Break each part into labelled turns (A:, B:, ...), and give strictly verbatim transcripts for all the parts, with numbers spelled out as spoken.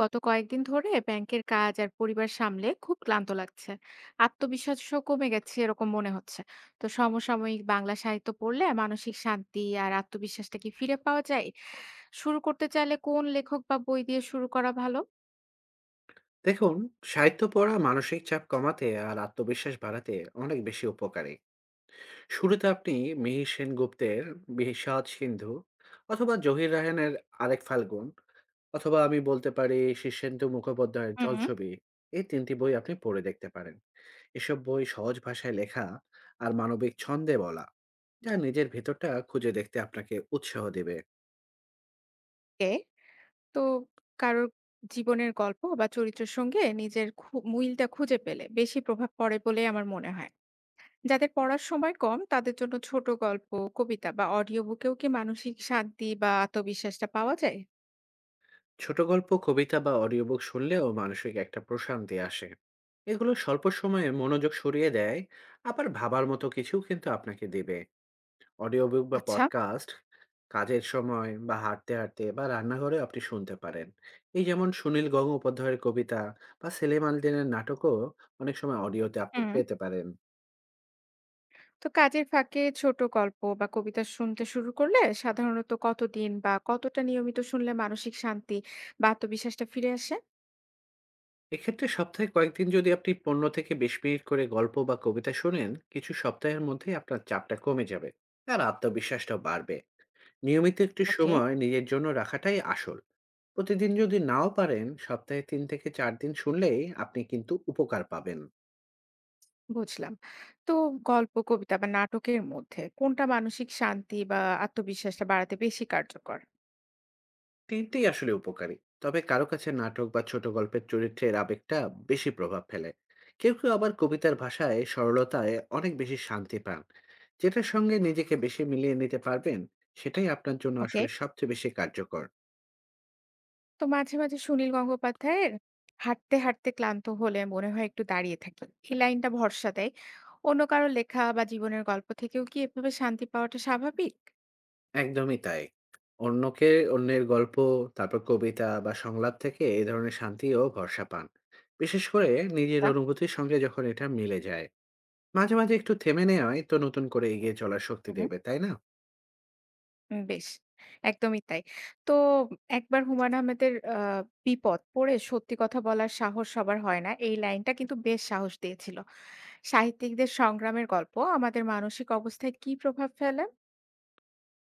A: গত কয়েকদিন ধরে ব্যাংকের কাজ আর পরিবার সামলে খুব ক্লান্ত লাগছে। আত্মবিশ্বাসও কমে গেছে এরকম মনে হচ্ছে। তো সমসাময়িক বাংলা সাহিত্য পড়লে মানসিক শান্তি আর আত্মবিশ্বাসটা কি ফিরে পাওয়া যায়? শুরু করতে চাইলে কোন লেখক বা বই দিয়ে শুরু করা ভালো?
B: দেখুন, সাহিত্য পড়া মানসিক চাপ কমাতে আর আত্মবিশ্বাস বাড়াতে অনেক বেশি উপকারী। শুরুতে আপনি মিহির সেনগুপ্তের বিষাদ সিন্ধু, অথবা জহির রায়হানের আরেক ফাল্গুন, অথবা আমি বলতে পারি শীর্ষেন্দু মুখোপাধ্যায়ের
A: হুম।
B: জলছবি, এই তিনটি বই আপনি পড়ে দেখতে পারেন। এসব বই সহজ ভাষায় লেখা আর মানবিক ছন্দে বলা, যা নিজের ভেতরটা খুঁজে দেখতে আপনাকে উৎসাহ দেবে।
A: এ তো কারোর জীবনের গল্প বা চরিত্রের সঙ্গে নিজের খু- মিলটা খুঁজে পেলে বেশি প্রভাব পড়ে বলে আমার মনে হয়। যাদের পড়ার সময় কম তাদের জন্য ছোট গল্প, কবিতা বা অডিও বুকেও কি মানসিক শান্তি বা আত্মবিশ্বাসটা পাওয়া যায়?
B: ছোট গল্প, কবিতা বা অডিও বুক শুনলেও মানসিক একটা প্রশান্তি আসে। এগুলো স্বল্প সময়ে মনোযোগ সরিয়ে দেয়, আবার ভাবার মতো কিছু কিন্তু আপনাকে দেবে। অডিও বুক বা
A: আচ্ছা।
B: পডকাস্ট কাজের সময় বা হাঁটতে হাঁটতে বা রান্নাঘরে আপনি শুনতে পারেন। এই যেমন সুনীল গঙ্গোপাধ্যায়ের কবিতা বা সেলিম আল দীনের নাটকও অনেক সময় অডিওতে আপনি
A: হুম।
B: পেতে পারেন।
A: তো কাজের ফাঁকে ছোট গল্প বা কবিতা শুনতে শুরু করলে সাধারণত কতদিন বা কতটা নিয়মিত শুনলে মানসিক শান্তি বা আত্মবিশ্বাসটা ফিরে আসে?
B: এক্ষেত্রে সপ্তাহে কয়েকদিন যদি আপনি পনেরো থেকে বিশ মিনিট করে গল্প বা কবিতা শোনেন, কিছু সপ্তাহের মধ্যেই আপনার চাপটা কমে যাবে আর আত্মবিশ্বাসটাও বাড়বে। নিয়মিত একটু
A: ওকে।
B: সময় নিজের জন্য রাখাটাই আসল। প্রতিদিন যদি নাও পারেন, সপ্তাহে তিন থেকে চার দিন শুনলেই আপনি কিন্তু উপকার পাবেন।
A: বুঝলাম। তো গল্প, কবিতা বা নাটকের মধ্যে কোনটা মানসিক শান্তি বা আত্মবিশ্বাসটা বাড়াতে বেশি কার্যকর?
B: তিনটেই আসলে উপকারী, তবে কারো কাছে নাটক বা ছোট গল্পের চরিত্রের আবেগটা বেশি প্রভাব ফেলে। কেউ কেউ আবার কবিতার ভাষায় সরলতায় অনেক বেশি শান্তি পান। যেটার সঙ্গে নিজেকে বেশি মিলিয়ে নিতে পারবেন, সেটাই আপনার জন্য
A: ওকে।
B: আসলে সবচেয়ে বেশি কার্যকর।
A: তো মাঝে, মাঝে সুনীল গঙ্গোপাধ্যায়ের হাঁটতে, হাঁটতে ক্লান্ত হলে মনে হয় একটু দাঁড়িয়ে থাকি। এই লাইনটা ভরসা দেয়। অন্য কারো লেখা বা জীবনের গল্প থেকেও কি এভাবে শান্তি পাওয়াটা স্বাভাবিক?
B: একদমই তাই। অন্যকে অন্যের গল্প, তারপর কবিতা বা সংলাপ থেকে এ ধরনের শান্তি ও ভরসা পান, বিশেষ করে নিজের
A: আচ্ছা,
B: অনুভূতির সঙ্গে যখন এটা মিলে যায়। মাঝে মাঝে একটু থেমে নেওয়াই তো নতুন করে এগিয়ে চলার শক্তি
A: হুম, হুম।
B: দেবে, তাই না?
A: উম বেশ, একদমই তাই। তো একবার হুমায়ূন আহমেদের আ 'বিপদ' পড়ে সত্যি কথা বলার সাহস সবার হয় না। এই লাইনটা কিন্তু বেশ সাহস দিয়েছিল। সাহিত্যিকদের সংগ্রামের গল্প আমাদের মানসিক অবস্থায় কী প্রভাব ফেলে?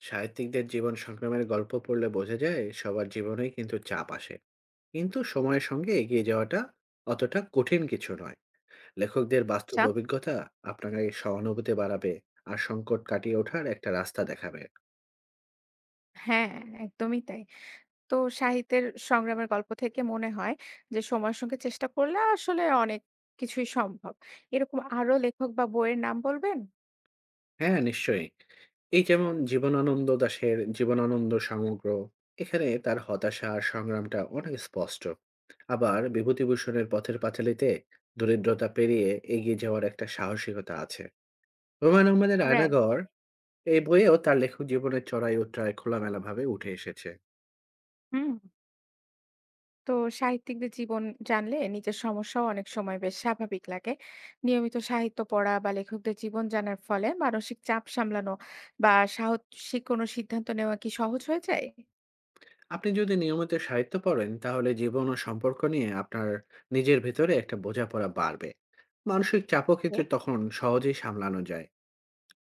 B: সাহিত্যিকদের জীবন সংগ্রামের গল্প পড়লে বোঝা যায়, সবার জীবনেই কিন্তু চাপ আসে, কিন্তু সময়ের সঙ্গে এগিয়ে যাওয়াটা অতটা কঠিন কিছু নয়। লেখকদের বাস্তব
A: আচ্ছা।
B: অভিজ্ঞতা আপনাকে সহানুভূতি বাড়াবে আর সংকট কাটিয়ে ওঠার একটা রাস্তা দেখাবে।
A: হ্যাঁ, একদমই তাই। তো সাহিত্যের সংগ্রামের গল্প থেকে মনে হয় যে সময়ের সঙ্গে চেষ্টা করলে আসলে অনেক কিছুই সম্ভব। এরকম আরো লেখক বা বইয়ের নাম বলবেন?
B: হ্যাঁ, নিশ্চয়ই। এই যেমন জীবনানন্দ দাশের 'জীবনানন্দ সমগ্র', এখানে তার হতাশা আর সংগ্রামটা অনেক স্পষ্ট। আবার বিভূতিভূষণের 'পথের পাঁচালী'তে দরিদ্রতা পেরিয়ে এগিয়ে যাওয়ার একটা সাহসিকতা আছে। হুমায়ূন আহমেদের
A: রাইট।
B: 'আয়নাঘর', এই বইয়েও তার লেখক জীবনের চড়াই-উতরাই খোলামেলাভাবে উঠে এসেছে।
A: হুম। তো সাহিত্যিকদের জীবন জানলে নিজের সমস্যাও অনেক সময় বেশ স্বাভাবিক লাগে। নিয়মিত সাহিত্য পড়া বা লেখকদের জীবন জানার ফলে মানসিক চাপ সামলানো বা সাহসী কোনো সিদ্ধান্ত নেওয়া কি সহজ হয়ে যায়?
B: আপনি যদি নিয়মিত সাহিত্য পড়েন, তাহলে জীবন ও সম্পর্ক নিয়ে আপনার নিজের ভেতরে একটা বোঝাপড়া বাড়বে। মানসিক চাপও কিন্তু
A: এ
B: তখন সহজেই সামলানো যায়।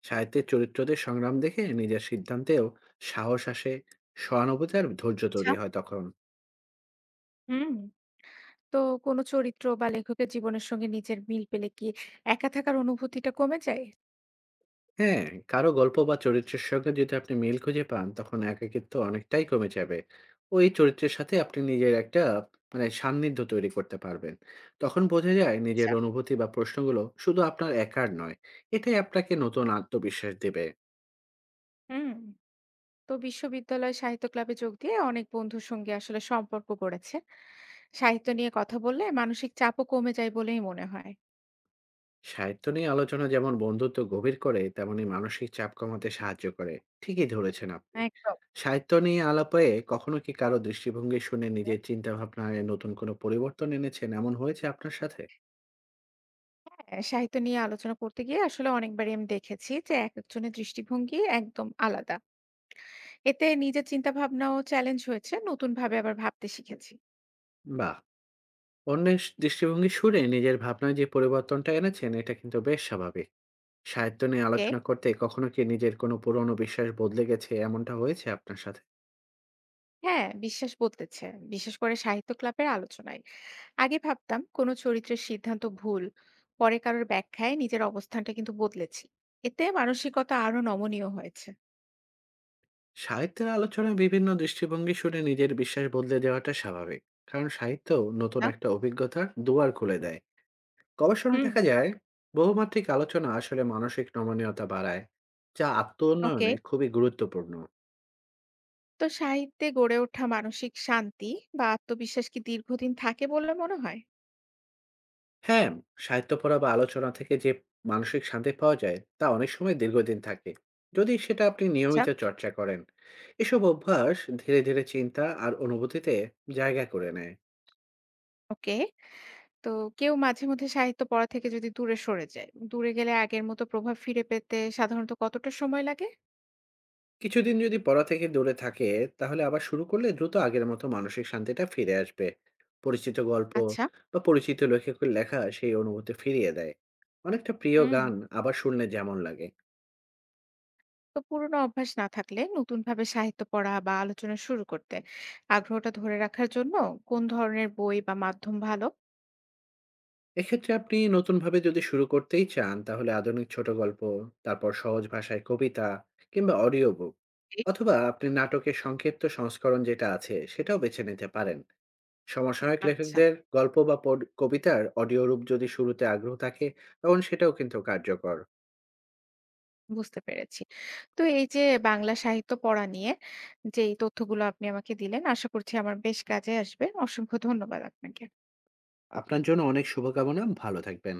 B: সাহিত্যের চরিত্রদের সংগ্রাম দেখে নিজের সিদ্ধান্তেও সাহস আসে, সহানুভূতি আর ধৈর্য
A: আচ্ছা।
B: তৈরি হয় তখন।
A: হুম। তো কোনো চরিত্র বা লেখকের জীবনের সঙ্গে নিজের মিল পেলে কি একা থাকার অনুভূতিটা কমে যায়?
B: হ্যাঁ, কারো গল্প বা চরিত্রের সঙ্গে যদি আপনি মিল খুঁজে পান, তখন একাকিত্ব অনেকটাই কমে যাবে। ওই চরিত্রের সাথে আপনি নিজের একটা মানে সান্নিধ্য তৈরি করতে পারবেন। তখন বোঝা যায় নিজের
A: আচ্ছা।
B: অনুভূতি বা প্রশ্নগুলো শুধু আপনার একার নয়। এটাই আপনাকে নতুন আত্মবিশ্বাস দেবে।
A: হুম। তো বিশ্ববিদ্যালয় সাহিত্য ক্লাবে যোগ দিয়ে অনেক বন্ধুর সঙ্গে আসলে সম্পর্ক গড়েছে। সাহিত্য নিয়ে কথা বললে মানসিক চাপও কমে যায় বলেই মনে হয়।
B: সাহিত্য নিয়ে আলোচনা যেমন বন্ধুত্ব গভীর করে, তেমনি মানসিক চাপ কমাতে সাহায্য করে। ঠিকই ধরেছেন আপনি।
A: একদম।
B: সাহিত্য নিয়ে আলাপে কখনো কি কারো দৃষ্টিভঙ্গি শুনে নিজের চিন্তা ভাবনায় নতুন কোনো পরিবর্তন এনেছেন, এমন হয়েছে আপনার সাথে?
A: হ্যাঁ, সাহিত্য নিয়ে আলোচনা করতে গিয়ে আসলে অনেকবারই আমি দেখেছি যে এক একজনের দৃষ্টিভঙ্গি একদম আলাদা। এতে নিজের চিন্তা ভাবনাও চ্যালেঞ্জ হয়েছে, নতুন ভাবে আবার ভাবতে শিখেছি।
B: বাহ! অন্যের দৃষ্টিভঙ্গি শুনে নিজের ভাবনায় যে পরিবর্তনটা এনেছেন এটা কিন্তু বেশ স্বাভাবিক। সাহিত্য নিয়ে
A: ওকে।
B: আলোচনা করতে কখনো কি নিজের কোনো পুরনো বিশ্বাস বদলে গেছে, এমনটা হয়েছে আপনার সাথে?
A: হ্যাঁ, বিশ্বাস বদলেছে। বিশেষ করে সাহিত্য ক্লাবের আলোচনায় আগে ভাবতাম কোনো চরিত্রের সিদ্ধান্ত ভুল, পরে কারোর ব্যাখ্যায় নিজের অবস্থানটা কিন্তু বদলেছি। এতে মানসিকতা আরো নমনীয় হয়েছে,
B: সাহিত্যের আলোচনায় বিভিন্ন দৃষ্টিভঙ্গি শুনে নিজের বিশ্বাস বদলে দেওয়াটা স্বাভাবিক, কারণ সাহিত্য নতুন
A: না?
B: একটা অভিজ্ঞতার দুয়ার খুলে দেয়। গবেষণায়
A: হুম।
B: দেখা যায়, বহুমাত্রিক আলোচনা আসলে মানসিক নমনীয়তা বাড়ায়, যা আত্ম
A: ওকে।
B: উন্নয়নে খুবই গুরুত্বপূর্ণ।
A: তো সাহিত্যে গড়ে ওঠা মানসিক শান্তি বা আত্মবিশ্বাস কি দীর্ঘদিন থাকে বলে মনে হয়?
B: হ্যাঁ, সাহিত্য পড়া বা আলোচনা থেকে যে মানসিক শান্তি পাওয়া যায়, তা অনেক সময় দীর্ঘদিন থাকে, যদি সেটা আপনি
A: আচ্ছা।
B: নিয়মিত চর্চা করেন। এসব অভ্যাস ধীরে ধীরে চিন্তা আর অনুভূতিতে জায়গা করে নেয়।
A: ওকে। তো কেউ মাঝে মধ্যে সাহিত্য পড়া থেকে যদি দূরে সরে যায়, দূরে গেলে আগের মতো প্রভাব ফিরে পেতে সাধারণত কতটা সময় লাগে?
B: কিছুদিন যদি পড়া থেকে দূরে থাকে, তাহলে আবার শুরু করলে দ্রুত আগের মতো মানসিক শান্তিটা ফিরে আসবে। পরিচিত গল্প
A: আচ্ছা।
B: বা পরিচিত লেখকের লেখা সেই অনুভূতি ফিরিয়ে দেয়, অনেকটা প্রিয়
A: হুম।
B: গান আবার শুনলে যেমন লাগে।
A: তো পুরোনো অভ্যাস না থাকলে নতুন ভাবে সাহিত্য পড়া বা আলোচনা শুরু করতে আগ্রহটা ধরে রাখার জন্য কোন ধরনের বই বা মাধ্যম ভালো?
B: এক্ষেত্রে আপনি নতুনভাবে যদি শুরু করতেই চান, তাহলে আধুনিক ছোট গল্প, তারপর সহজ ভাষায় কবিতা, কিংবা অডিও বুক,
A: জি।
B: অথবা আপনি নাটকের সংক্ষিপ্ত সংস্করণ যেটা আছে সেটাও বেছে নিতে পারেন। সমসাময়িক
A: আচ্ছা।
B: লেখকদের গল্প বা পড- কবিতার অডিও রূপ যদি শুরুতে আগ্রহ থাকে, তখন সেটাও কিন্তু কার্যকর।
A: বুঝতে পেরেছি। তো এই যে বাংলা সাহিত্য পড়া নিয়ে যে এই তথ্যগুলো আপনি আমাকে দিলেন, আশা করছি আমার বেশ কাজে আসবে। অসংখ্য ধন্যবাদ আপনাকে।
B: আপনার জন্য অনেক শুভকামনা, ভালো থাকবেন।